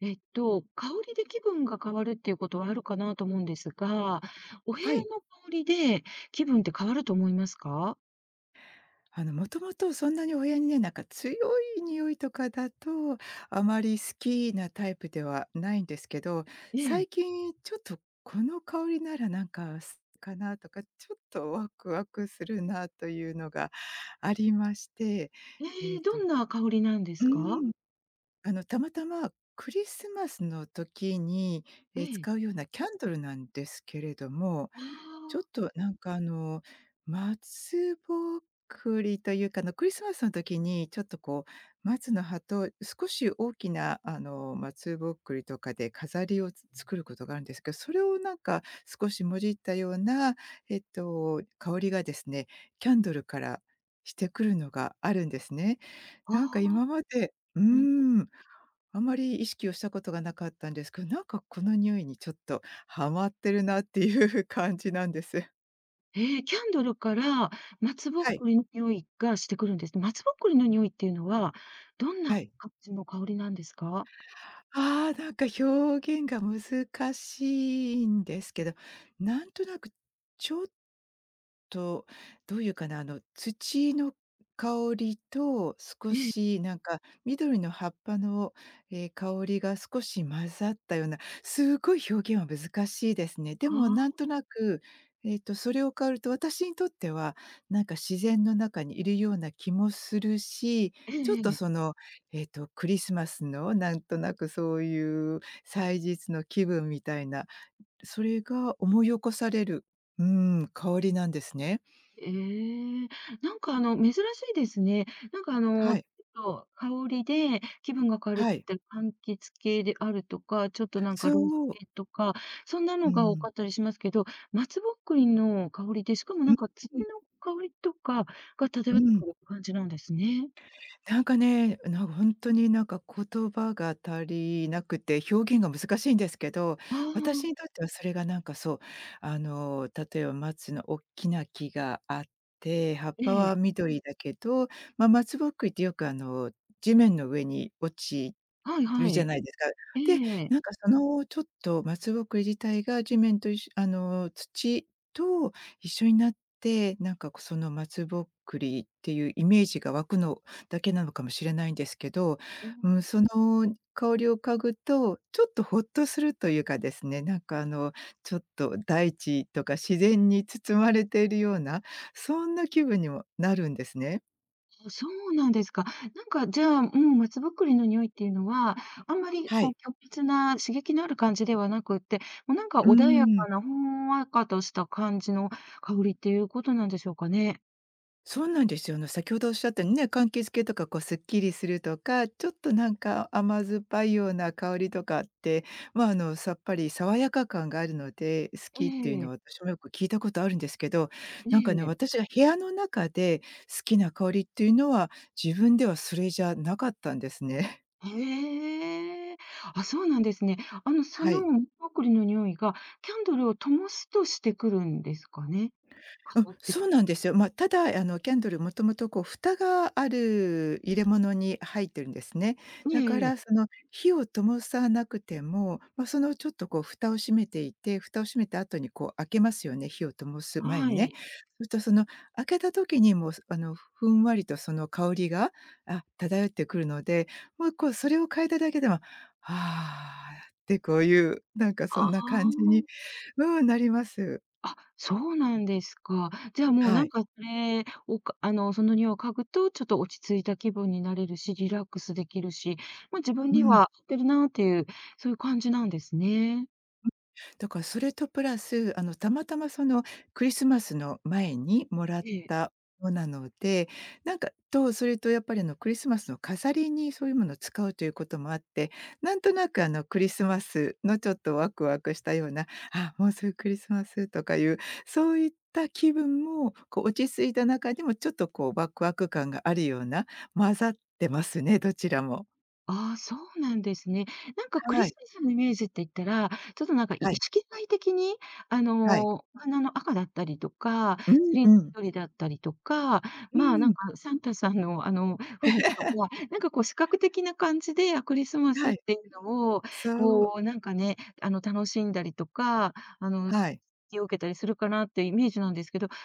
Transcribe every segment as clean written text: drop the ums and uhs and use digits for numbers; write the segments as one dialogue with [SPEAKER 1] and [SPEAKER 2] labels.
[SPEAKER 1] 香りで気分が変わるっていうことはあるかなと思うんですが、お部屋
[SPEAKER 2] はい。
[SPEAKER 1] の香りで気分って変わると思いますか？
[SPEAKER 2] もともとそんなに親にね、なんか強い匂いとかだと、あまり好きなタイプではないんですけど、
[SPEAKER 1] ええ。
[SPEAKER 2] 最近ちょっとこの香りならなんかすかなとか、ちょっとワクワクするなというのがありまして、
[SPEAKER 1] え
[SPEAKER 2] えっ
[SPEAKER 1] え、ど
[SPEAKER 2] と
[SPEAKER 1] んな香りなんで
[SPEAKER 2] う
[SPEAKER 1] すか？
[SPEAKER 2] ーん、たまたまクリスマスの時に、
[SPEAKER 1] ええ。
[SPEAKER 2] 使うようなキャンドルなんですけれども、ちょっ
[SPEAKER 1] あ
[SPEAKER 2] と松ぼっくりというか、あの、クリスマスの時にちょっとこう、松の葉と少し大きなあの、松ぼっくりとかで飾りをつ作ることがあるんですけど、それをなんか少しもじったような、香りがですね、キャンドルからしてくるのがあるんですね。
[SPEAKER 1] あ、
[SPEAKER 2] なんか
[SPEAKER 1] ああ、
[SPEAKER 2] 今まで
[SPEAKER 1] うん。
[SPEAKER 2] あまり意識をしたことがなかったんですけど、なんかこの匂いにちょっとハマってるなっていう感じなんです。
[SPEAKER 1] ええ、キャンドルから松ぼっ
[SPEAKER 2] はい、
[SPEAKER 1] くりの匂いがしてくるんです。松ぼっくりの匂いっていうのは、どんな
[SPEAKER 2] はい。
[SPEAKER 1] 感じの香りなんですか？
[SPEAKER 2] ああ、なんか表現が難しいんですけど、なんとなくちょっと、どういうかな、あの、土の香りと少
[SPEAKER 1] ええ、
[SPEAKER 2] しなんか緑の葉っぱの、ええ、香りが少し混ざったような、すごい表現は難しいですね。で
[SPEAKER 1] あ
[SPEAKER 2] もなん
[SPEAKER 1] あ、
[SPEAKER 2] となく、それを香ると私にとっては、なんか自然の中にいるような気もするし、
[SPEAKER 1] え
[SPEAKER 2] ちょっと
[SPEAKER 1] え
[SPEAKER 2] そ
[SPEAKER 1] ええ
[SPEAKER 2] の、クリスマスのなんとなくそういう祭日の気分みたいな、それが思い起こされる、うー香りなんですね。
[SPEAKER 1] ええ、なんか珍しいですね。なんか
[SPEAKER 2] は
[SPEAKER 1] ち
[SPEAKER 2] い、
[SPEAKER 1] ょっと香りで気分が変わるっ
[SPEAKER 2] は
[SPEAKER 1] て
[SPEAKER 2] い。
[SPEAKER 1] 言ったら、柑橘系であるとか、ちょっとなんかローズ
[SPEAKER 2] そう、
[SPEAKER 1] 系とか、そんな
[SPEAKER 2] う
[SPEAKER 1] のが多
[SPEAKER 2] ん。
[SPEAKER 1] かったりしますけど、松ぼっくりの香りで、しかも
[SPEAKER 2] う
[SPEAKER 1] な
[SPEAKER 2] ん、
[SPEAKER 1] んか土
[SPEAKER 2] うん、
[SPEAKER 1] の香りとかが漂ってくる感じなんですね。
[SPEAKER 2] なんかね、なんかほんとになんか言葉が足りなくて、表現が難しいんですけど、
[SPEAKER 1] ああ、
[SPEAKER 2] 私にとってはそれがなんかそう、あの、例えば松のおっきな木があって、葉っ
[SPEAKER 1] え
[SPEAKER 2] ぱは
[SPEAKER 1] え、
[SPEAKER 2] 緑だけど、ま、松ぼっくりってよくあの、地面の上に落ち
[SPEAKER 1] はい
[SPEAKER 2] い
[SPEAKER 1] は
[SPEAKER 2] るじゃ
[SPEAKER 1] い。
[SPEAKER 2] ないですか。
[SPEAKER 1] え
[SPEAKER 2] で、
[SPEAKER 1] え。
[SPEAKER 2] なんかそのちょっと松ぼっくり自体が地面といっしょあの、土と一緒になって、なんかこその松ぼっくりっていうイメージが湧くのだけなのかもしれないんですけど、うん、その香りを嗅ぐと、ちょっとほっとするというかですね、なんかあの、ちょっと大地とか自然に包まれているような、そんな気分にもなるんですね。
[SPEAKER 1] あ、そうなんですか。なんかじゃあ、もう松ぼっくりの匂いっていうのは、あんまり
[SPEAKER 2] は
[SPEAKER 1] こう
[SPEAKER 2] い。
[SPEAKER 1] 強烈な刺激のある感じではなくって、もうなんか
[SPEAKER 2] う
[SPEAKER 1] 穏や
[SPEAKER 2] ーん。
[SPEAKER 1] かな、ほんわかとした感じの香りっていうことなんでしょうかね。
[SPEAKER 2] そうなんですよ。の、先ほどおっしゃったようにね、柑橘系とかこうすっきりするとか、ちょっとなんか甘酸っぱいような香りとかって、まあ、あの、さっぱり爽やか感があるので、好
[SPEAKER 1] え
[SPEAKER 2] きっていうの
[SPEAKER 1] え、
[SPEAKER 2] は私もよく聞いたことあるんですけど、
[SPEAKER 1] え
[SPEAKER 2] なんかね、
[SPEAKER 1] え、
[SPEAKER 2] 私が部屋の中で好きな香りっていうのは、自分ではそれじゃなかったんですね。
[SPEAKER 1] へえ。あ、そうなんですね。そ
[SPEAKER 2] は
[SPEAKER 1] の
[SPEAKER 2] い。
[SPEAKER 1] 松ぼっくりの匂いが、キャンドルを灯すとしてくるんですかね？
[SPEAKER 2] うん、
[SPEAKER 1] 香って
[SPEAKER 2] そ
[SPEAKER 1] く
[SPEAKER 2] うなんですよ。まあ、ただ、あの、キャンドルもともとこう蓋がある入れ物に入ってるんですね。
[SPEAKER 1] る。
[SPEAKER 2] だか
[SPEAKER 1] え
[SPEAKER 2] ら、そ
[SPEAKER 1] え。
[SPEAKER 2] の火を灯さなくても、まあ、そのちょっとこう蓋を閉めていて、蓋を閉めた後にこう開けますよね、火を灯す前
[SPEAKER 1] は
[SPEAKER 2] にね。
[SPEAKER 1] い。
[SPEAKER 2] そしたその開けた時にもう、あの、ふんわりとその香りが、あ、漂ってくるので、もうこうそれを嗅いだだけでも、「はあ」ってこういう、なんかそ
[SPEAKER 1] あ
[SPEAKER 2] んな感じ
[SPEAKER 1] あ。
[SPEAKER 2] にうん、なります。
[SPEAKER 1] あ、そうなんですか。じゃあもうな
[SPEAKER 2] は
[SPEAKER 1] ん
[SPEAKER 2] い。
[SPEAKER 1] かそれをかあの、そのにおいを嗅ぐと、ちょっと落ち着いた気分になれるし、リラックスできるし、ま、自分
[SPEAKER 2] う
[SPEAKER 1] に
[SPEAKER 2] ん。
[SPEAKER 1] は合ってるなっていう、そういう感じなんですね。
[SPEAKER 2] だからそれとプラス、あの、たまたまそのクリスマスの前にもらっ
[SPEAKER 1] ええ。
[SPEAKER 2] たものなので、なんか、と、それとやっぱりあのクリスマスの飾りにそういうものを使うということもあって、なんとなくあのクリスマスのちょっとワクワクしたような、あ、もうすぐクリスマスとかいう、そういった気分もこう落ち着いた中でもちょっとこうワクワク感があるような、混ざってますね、どちらも。
[SPEAKER 1] ああ、そうなんですね。なんかクリ
[SPEAKER 2] は
[SPEAKER 1] ス
[SPEAKER 2] い、
[SPEAKER 1] マスのイメージって言ったら、ちょっとなんかい
[SPEAKER 2] は
[SPEAKER 1] 意
[SPEAKER 2] い、
[SPEAKER 1] 識外的に、
[SPEAKER 2] はい。
[SPEAKER 1] お花の赤だったりとか、
[SPEAKER 2] う
[SPEAKER 1] ツ
[SPEAKER 2] ん
[SPEAKER 1] リーの
[SPEAKER 2] うん。
[SPEAKER 1] 緑だったりとか、
[SPEAKER 2] う
[SPEAKER 1] まあ、なん
[SPEAKER 2] ん。
[SPEAKER 1] かサンタさんのあの雰囲気とか、なんかこう視覚的な感じで、あ、クリスマス
[SPEAKER 2] は
[SPEAKER 1] っ
[SPEAKER 2] い、
[SPEAKER 1] ていうのを、
[SPEAKER 2] そう。
[SPEAKER 1] こうなんかね、楽しんだりとか、あの、
[SPEAKER 2] はい。
[SPEAKER 1] 気を受けたりするかなっていうイメージなんですけど、香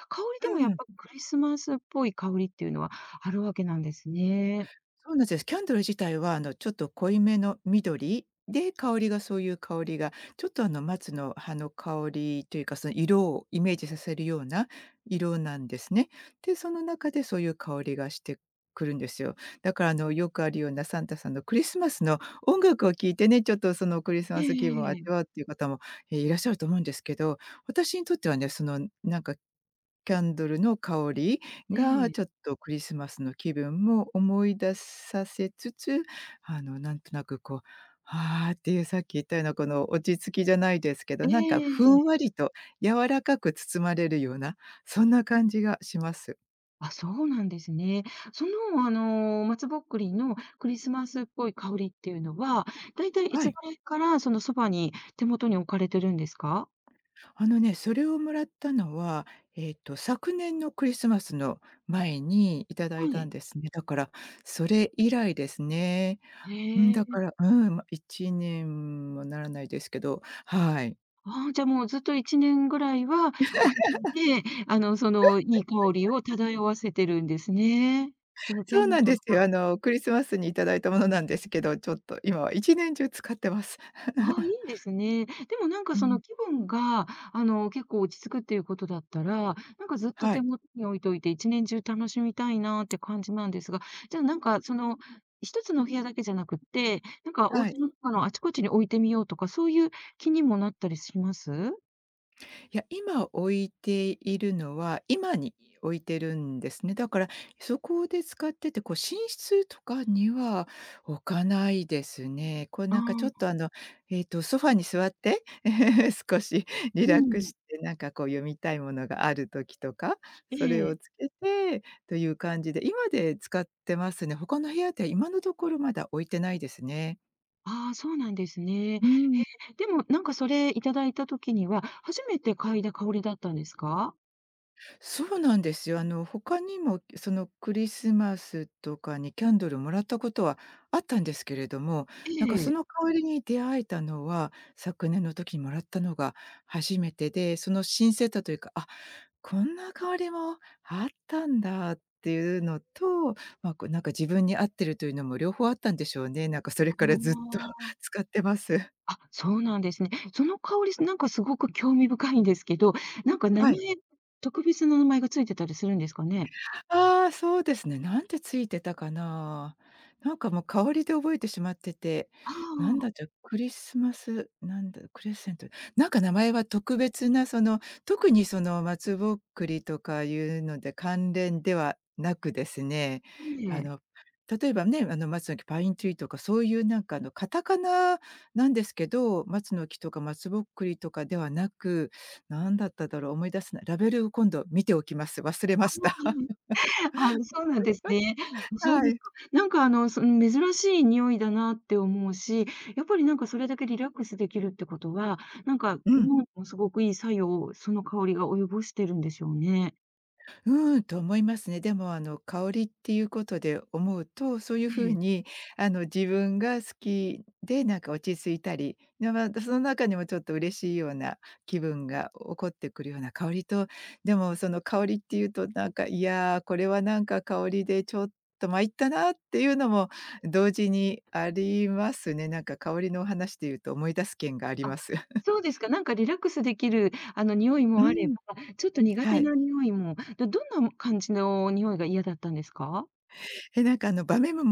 [SPEAKER 1] り
[SPEAKER 2] う
[SPEAKER 1] でもやっ
[SPEAKER 2] ん。
[SPEAKER 1] ぱりクリスマスっぽい香りっていうのはあるわけなんですね。
[SPEAKER 2] そうなんです。キャンドル自体はあのちょっと濃いめの緑で、香りがそういう香りが、ちょっとあの松の葉の香りというか、その色をイメージさせるような色なんですね。で、その中でそういう香りがしてくるんですよ。だからあのよくあるようなサンタさんのクリスマスの音楽を聴いてね、ちょっとそのクリス
[SPEAKER 1] え
[SPEAKER 2] マ
[SPEAKER 1] え
[SPEAKER 2] ス気分を
[SPEAKER 1] えええ
[SPEAKER 2] 味
[SPEAKER 1] え。
[SPEAKER 2] わうっていう方も、いらっしゃると思うんですけど、私にとってはね、そのなんかキャンドルの香り
[SPEAKER 1] え
[SPEAKER 2] が、
[SPEAKER 1] え。
[SPEAKER 2] ちょっとクリスマスの気分も思い出させつつ、あの、なんとなくこう、ああっていうさっき言ったようなこの落ち着きじゃないですけど、
[SPEAKER 1] え
[SPEAKER 2] なんかふんわ
[SPEAKER 1] え。
[SPEAKER 2] りと柔らかく包まれるような、そんな感じがします。
[SPEAKER 1] あ、そうなんですね。その、松ぼっくりのクリスマスっぽい香りっていうのは、だいたいい
[SPEAKER 2] は
[SPEAKER 1] つぐ
[SPEAKER 2] い。
[SPEAKER 1] らいから、その、そばに手元に置かれてるんですか？
[SPEAKER 2] あのね、それをもらったのは、昨年のクリスマスの前にいただい
[SPEAKER 1] は
[SPEAKER 2] たん
[SPEAKER 1] い。
[SPEAKER 2] ですね。だから、それ以来ですね。うん、
[SPEAKER 1] へ
[SPEAKER 2] だ
[SPEAKER 1] え。
[SPEAKER 2] から、うん、ま、1年もならないですけど、はい。
[SPEAKER 1] ああ、じゃ、もうずっと1年ぐらいは、お部屋で、その、いい香りを漂わせてるんですね。そのキャ
[SPEAKER 2] そう
[SPEAKER 1] ン
[SPEAKER 2] なん
[SPEAKER 1] ド
[SPEAKER 2] で
[SPEAKER 1] ル。
[SPEAKER 2] すよ。あの、クリスマスにいただいたものなんですけど、ちょっと今は一年中使ってます。
[SPEAKER 1] ああ、い いですね。でもなんか
[SPEAKER 2] う
[SPEAKER 1] そ
[SPEAKER 2] ん。
[SPEAKER 1] の気分が、結構落ち着くっていうことだったら、なんかずっと
[SPEAKER 2] は
[SPEAKER 1] 手
[SPEAKER 2] い。
[SPEAKER 1] 元に置いといて一年中楽しみたいなって感じなんですが、じゃあなんかその、一つのお部屋だけじゃなくって、なんかお
[SPEAKER 2] は
[SPEAKER 1] 家
[SPEAKER 2] い。
[SPEAKER 1] の中のあちこちに置いてみようとか、そういう気にもなったりします。
[SPEAKER 2] いや、今置いているのは、今に置いてるんですね。だから、そこで使ってて、こう寝室とかには置かないですね。こう
[SPEAKER 1] あ
[SPEAKER 2] なんかちょっ
[SPEAKER 1] あ、
[SPEAKER 2] とあの、ソファに座って、少しリ
[SPEAKER 1] う
[SPEAKER 2] ラックス
[SPEAKER 1] ん。
[SPEAKER 2] して、なんかこう読みたいものがある時とか、
[SPEAKER 1] え
[SPEAKER 2] それを
[SPEAKER 1] え。
[SPEAKER 2] つけてという感じで、今で使ってますね。他の部屋では今のところまだ置いてないですね。
[SPEAKER 1] ああ、そうなんですね。
[SPEAKER 2] うん。
[SPEAKER 1] でもなんかそれいただいた時には、初めて嗅いだ香りだったんですか？
[SPEAKER 2] そうなんですよ。あの、他にもそのクリスマスとかにキャンドルもらったことはあったんですけれども、
[SPEAKER 1] え
[SPEAKER 2] なんかそ
[SPEAKER 1] え。
[SPEAKER 2] の香りに出会えたのは、昨年の時にもらったのが初めてで、その新鮮さというか、あ、こんな香りもあったんだっていうのと、まあ、こうなんか自分に合ってるというのも両方あったんでしょうね。なんかそれ
[SPEAKER 1] あ
[SPEAKER 2] からずっと
[SPEAKER 1] あ。
[SPEAKER 2] 使ってます。
[SPEAKER 1] あ、そうなんですね。その香り、なんかすごく興味深いんですけど、なんか
[SPEAKER 2] はい。
[SPEAKER 1] 特別な名前がついてたりするんですかね？
[SPEAKER 2] ああ、そうですね。なんてついてたかな。なんかもう香りで覚えてしまってて、
[SPEAKER 1] あ
[SPEAKER 2] な
[SPEAKER 1] あ、
[SPEAKER 2] んだった、クリスマス、なんだ、クレッセント、なんか名前は特別なその、特にその松ぼっくりとかいうので関連ではなくですね、
[SPEAKER 1] え
[SPEAKER 2] あ
[SPEAKER 1] え。
[SPEAKER 2] の、例えばね、あの松の木、パイントゥリーとかそういうなんかあのカタカナなんですけど、松の木とか松ぼっくりとかではなく、なんだっただろう、思い出せない。ラベルを今度見ておきます。忘れました。
[SPEAKER 1] あ、そうなんですね。そう
[SPEAKER 2] は
[SPEAKER 1] です
[SPEAKER 2] い。
[SPEAKER 1] か。なんかその珍しい匂いだなって思うし、やっぱりなんかそれだけリラックスできるってことは、なんか、
[SPEAKER 2] う
[SPEAKER 1] 日
[SPEAKER 2] ん。
[SPEAKER 1] 本にもすごくいい作用を、その香りが及ぼしてるんでしょうね。
[SPEAKER 2] うーん、と思いますね。でも、あの、香りっていうことで思うと、そういう
[SPEAKER 1] え
[SPEAKER 2] 風
[SPEAKER 1] え。
[SPEAKER 2] に、あの、自分が好きで、なんか落ち着いたり、で、ま、その中にもちょっと嬉しいような気分が起こってくるような香りと、でも、その香りっていうと、なんか、いや、これはなんか香りでちょっと参ったなっていうのも同時にありますね。なんか香りのお話で言うと思い出す件があり
[SPEAKER 1] あ、
[SPEAKER 2] ます。
[SPEAKER 1] そうですか。なんかリラックスできる、匂い
[SPEAKER 2] うん。
[SPEAKER 1] もあれ ば、ちょっと苦
[SPEAKER 2] は
[SPEAKER 1] 手
[SPEAKER 2] い。
[SPEAKER 1] な匂いも、どんな感じの匂いが嫌だったんですか？
[SPEAKER 2] なんかあの場面も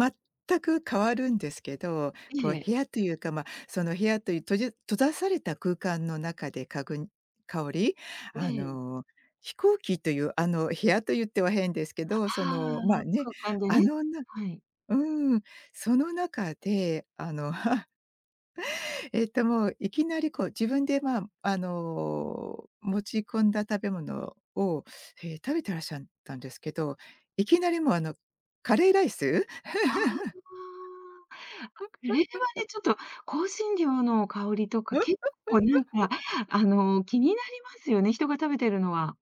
[SPEAKER 2] 全く変わるんですけど、こう
[SPEAKER 1] ええ、
[SPEAKER 2] 部屋というか、まあ、その部屋という閉ざされた空間の中で香り、あ
[SPEAKER 1] ええ。
[SPEAKER 2] の、飛行機というあの部屋と言っては変ですけ
[SPEAKER 1] あ
[SPEAKER 2] ど、その、まあ
[SPEAKER 1] あ、
[SPEAKER 2] ね、
[SPEAKER 1] 空間で
[SPEAKER 2] あ
[SPEAKER 1] ね。
[SPEAKER 2] のな
[SPEAKER 1] はい。
[SPEAKER 2] うん、その中で、あの もういきなりこう自分で、まあ、あの、持ち込んだ食べ物を、食べてらっしゃったんですけど、いきなりもうあの、カレーライス？
[SPEAKER 1] ああ。これはね、ちょっと香辛料の香りとか、結構なんか、気になりますよね、人が食べてるのは。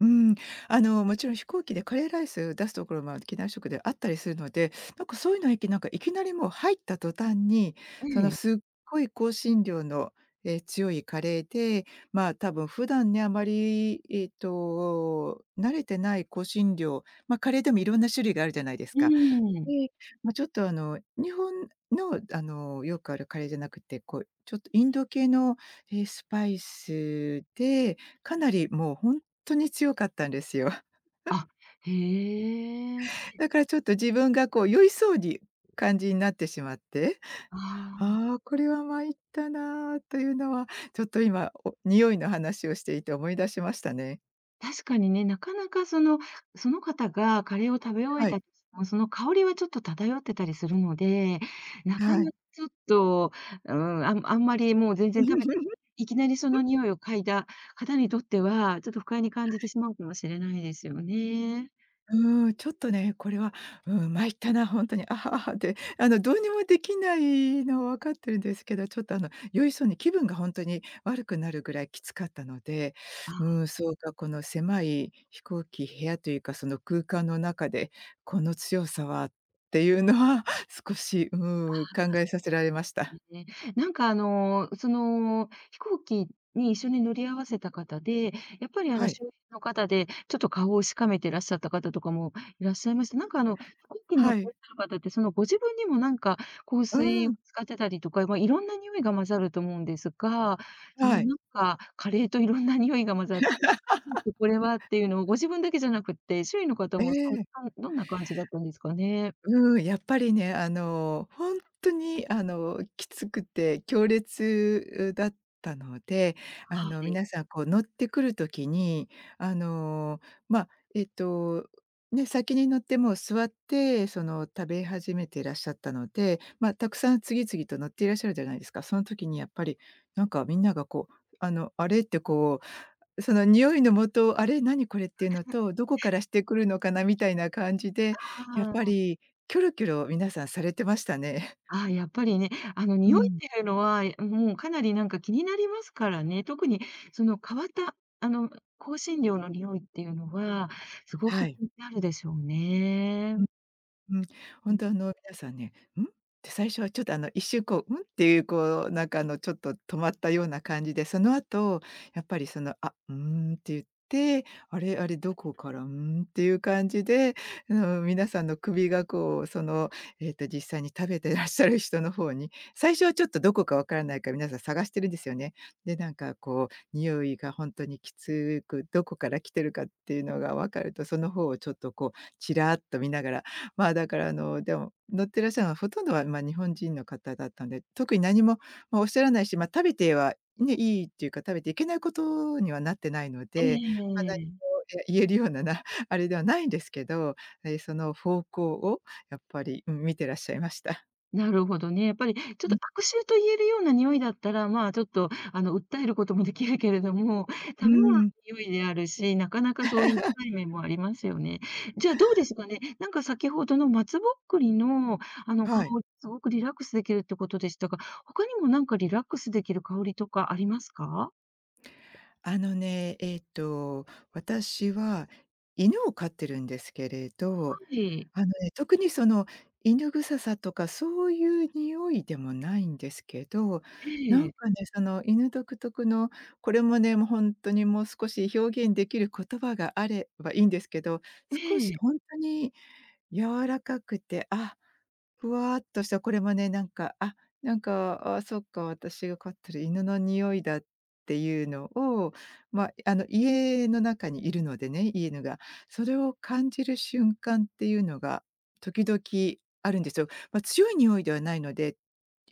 [SPEAKER 2] うん、あの、もちろん飛行機でカレーライス出すところも機内食であったりするので、なんかそういうのいきなりもう入った途端に、
[SPEAKER 1] え
[SPEAKER 2] その
[SPEAKER 1] え。
[SPEAKER 2] すっごい香辛料の、強いカレーで、まあ、多分普段ね、あまり、慣れてない香辛料、まあ、カレーでもいろんな種類があるじゃないです
[SPEAKER 1] う
[SPEAKER 2] か。
[SPEAKER 1] ーん。
[SPEAKER 2] で、ま、ちょっとあの、日本のあの、よくあるカレーじゃなくて、こう、ちょっとインド系の、スパイスで、かなりもうほんとに強かったんですよ。
[SPEAKER 1] あ、へえ。
[SPEAKER 2] だからちょっと自分がこう酔いそうに感じになってしまって、
[SPEAKER 1] ああ。
[SPEAKER 2] ああ、これは参ったなというのは、ちょっと今、お匂いの話をしていて思い出しましたね。
[SPEAKER 1] 確かにね、なかなかその方がカレーを食べ終え
[SPEAKER 2] はい、
[SPEAKER 1] たとしても、その香りはちょっと漂ってたりするので、なか
[SPEAKER 2] は
[SPEAKER 1] な
[SPEAKER 2] い。
[SPEAKER 1] かちょっと、うん、あんまりもう全然食べていきなりその匂いを嗅いだ方にとっては、ちょっと不快に感じてしまうかもしれないですよね。
[SPEAKER 2] うーん、ちょっとね、これは、うん、参ったな、ほんとに、あはあはであの、どうにもできないのは分かってるんですけど、ちょっと、あの、よいそうに気分がほんとに悪くなるぐらいきつかったので、うー
[SPEAKER 1] あ
[SPEAKER 2] ん、そうか、この狭い飛行機部屋というか、その空間の中で、この強さはっていうのは 少し、うーん、考えさ
[SPEAKER 1] あ。
[SPEAKER 2] せられました。
[SPEAKER 1] ね なんかその、飛行機に一緒に乗り合わせた方で、やっぱり
[SPEAKER 2] はい。
[SPEAKER 1] 周辺の方で、ちょっと顔をしかめてらっしゃった方とかもいらっしゃいました。なんか飛行機に乗
[SPEAKER 2] は
[SPEAKER 1] ってらっ
[SPEAKER 2] い。
[SPEAKER 1] しゃる方って、そのご自分にもなんか香
[SPEAKER 2] う
[SPEAKER 1] 水
[SPEAKER 2] ー
[SPEAKER 1] を
[SPEAKER 2] ん、
[SPEAKER 1] 使ってたりとか、ま、いろんな匂いが混ざると思うんですが、その
[SPEAKER 2] はい。
[SPEAKER 1] なんか、カレーといろんな匂いが混ざって、ちょっとこれはっていうのをご自分だけじゃなくって、周囲の方
[SPEAKER 2] え
[SPEAKER 1] もそん
[SPEAKER 2] え。
[SPEAKER 1] かんどんな感じだったんですかね？
[SPEAKER 2] うん、やっぱりね、あの、本当に、あの、きつくて強烈だったので、あ
[SPEAKER 1] は
[SPEAKER 2] の、
[SPEAKER 1] い。
[SPEAKER 2] 皆さん、こう、乗ってくる時に、あの、まあ、えっと、ね、先に乗ってもう座って、その、食べ始めていらっしゃったので、まあ、たくさん次々と乗っていらっしゃるじゃないですか。その時にやっぱり、なんか、みんなが、こう、あの、あれって、こうその匂いのもと、あれ、何これっていうのと、どこからしてくるのかなみたいな感じで、やっ
[SPEAKER 1] は
[SPEAKER 2] ぱ
[SPEAKER 1] い。
[SPEAKER 2] りキョロキョロ皆さんされてましたね。
[SPEAKER 1] ああ、やっぱりね、
[SPEAKER 2] う
[SPEAKER 1] 匂いっ
[SPEAKER 2] ん。
[SPEAKER 1] ていうのは、もうかなりなんか気になりますからね。特にその変わった、香辛料の匂いっていうのは、すご
[SPEAKER 2] は
[SPEAKER 1] く
[SPEAKER 2] い。
[SPEAKER 1] 気になるでしょうね。
[SPEAKER 2] うん、
[SPEAKER 1] う
[SPEAKER 2] 本
[SPEAKER 1] ん。
[SPEAKER 2] 当あの皆さんね、「ん？」って最初はちょっとあの一瞬こう、「ん？」っていうこうなんかあのちょっと止まったような感じで、その後、やっぱりその、「あ、うーん」って言って、「あれあれどこから、うーん」っていう感じで、あの皆さんの首がこうその、実際に食べてらっしゃる人の方に、最初はちょっとどこかわからないから皆さん探してるんですよね。で、なんかこう匂いが本当にきつく、どこから来てるかっていうのが分かると、その方をちょっとこうちらっと見ながらまあ、だから、あの、でも、乗ってらっしゃるのはほとんどは、ま、日本人の方だったんで、特に何も、ま、おっしゃらないし、まあ、食べてはね、いいっていうか、食べていけないことにはなってないの
[SPEAKER 1] え
[SPEAKER 2] で、まあ、何
[SPEAKER 1] え。
[SPEAKER 2] も、言えるような、あれではないんですけど、その方向をやっぱり、うん、見てらっしゃいました。
[SPEAKER 1] なるほどね。やっぱりちょっ
[SPEAKER 2] う
[SPEAKER 1] と
[SPEAKER 2] ん、
[SPEAKER 1] 悪臭と言えるような匂いだったら、まあ、ちょっと訴えることもできるけれども、
[SPEAKER 2] う
[SPEAKER 1] 食べ物の
[SPEAKER 2] ん、
[SPEAKER 1] 匂いであるし、なかなかそう言いづらい面もありますよね。じゃあどうですかね。なんか先ほどの松ぼっくりのあの香
[SPEAKER 2] はい。
[SPEAKER 1] り、すごくリラックスできるってことでしたが、他にもなんかリラックスできる香りとかありますか？
[SPEAKER 2] あのね、私は犬を飼ってるんですけれど
[SPEAKER 1] はい。
[SPEAKER 2] あのね、特にその犬臭さとかそういう匂いでもないんですけど、
[SPEAKER 1] え
[SPEAKER 2] なん
[SPEAKER 1] え、
[SPEAKER 2] かね、その犬独特の、これもね、もうほんとにもう少し表現できる言葉があればいいんですけど、少
[SPEAKER 1] え
[SPEAKER 2] しほ
[SPEAKER 1] え。
[SPEAKER 2] んとに柔らかくて、あふわーっとした、これもね、なんか、あ、なんか、あ、そっか、私が飼ってる犬の匂いだっていうのを、まあ、あの、家の中にいるのでね、家犬が。それを感じる瞬間っていうのが時々あるんですよ。まあ、強い匂いではないので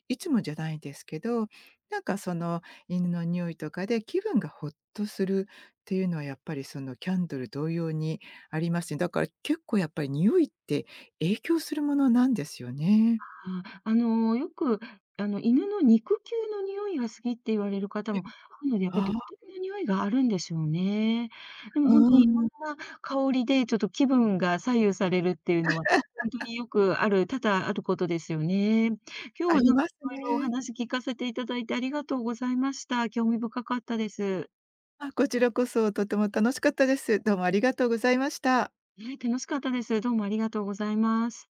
[SPEAKER 2] いつもじゃないですけど、なんかその犬の匂いとかで気分がほっとするっていうのはやっぱりそのキャンドル同様にありますね。だから結構やっぱり匂いって影響するものなんですよね。
[SPEAKER 1] ああ、よく、犬の肉球の匂いが好きって言われる方もあるので、やっぱり独
[SPEAKER 2] あ
[SPEAKER 1] 特の匂いがあるんでしょうね。でも
[SPEAKER 2] あ、
[SPEAKER 1] 本当に
[SPEAKER 2] う
[SPEAKER 1] いろ
[SPEAKER 2] ん、
[SPEAKER 1] んな香りでちょっと気分が左右されるっていうのは、本当によくある多々あることですよね。今日
[SPEAKER 2] あ
[SPEAKER 1] は
[SPEAKER 2] り
[SPEAKER 1] なん
[SPEAKER 2] ま
[SPEAKER 1] か
[SPEAKER 2] す
[SPEAKER 1] いろいろお
[SPEAKER 2] ね。
[SPEAKER 1] 話聞かせていただいてありがとうございました。興味深かったです。
[SPEAKER 2] あ、こちらこそとても楽しかったです。どうもありがとうございました。
[SPEAKER 1] はい、楽しかったです。どうもありがとうございます。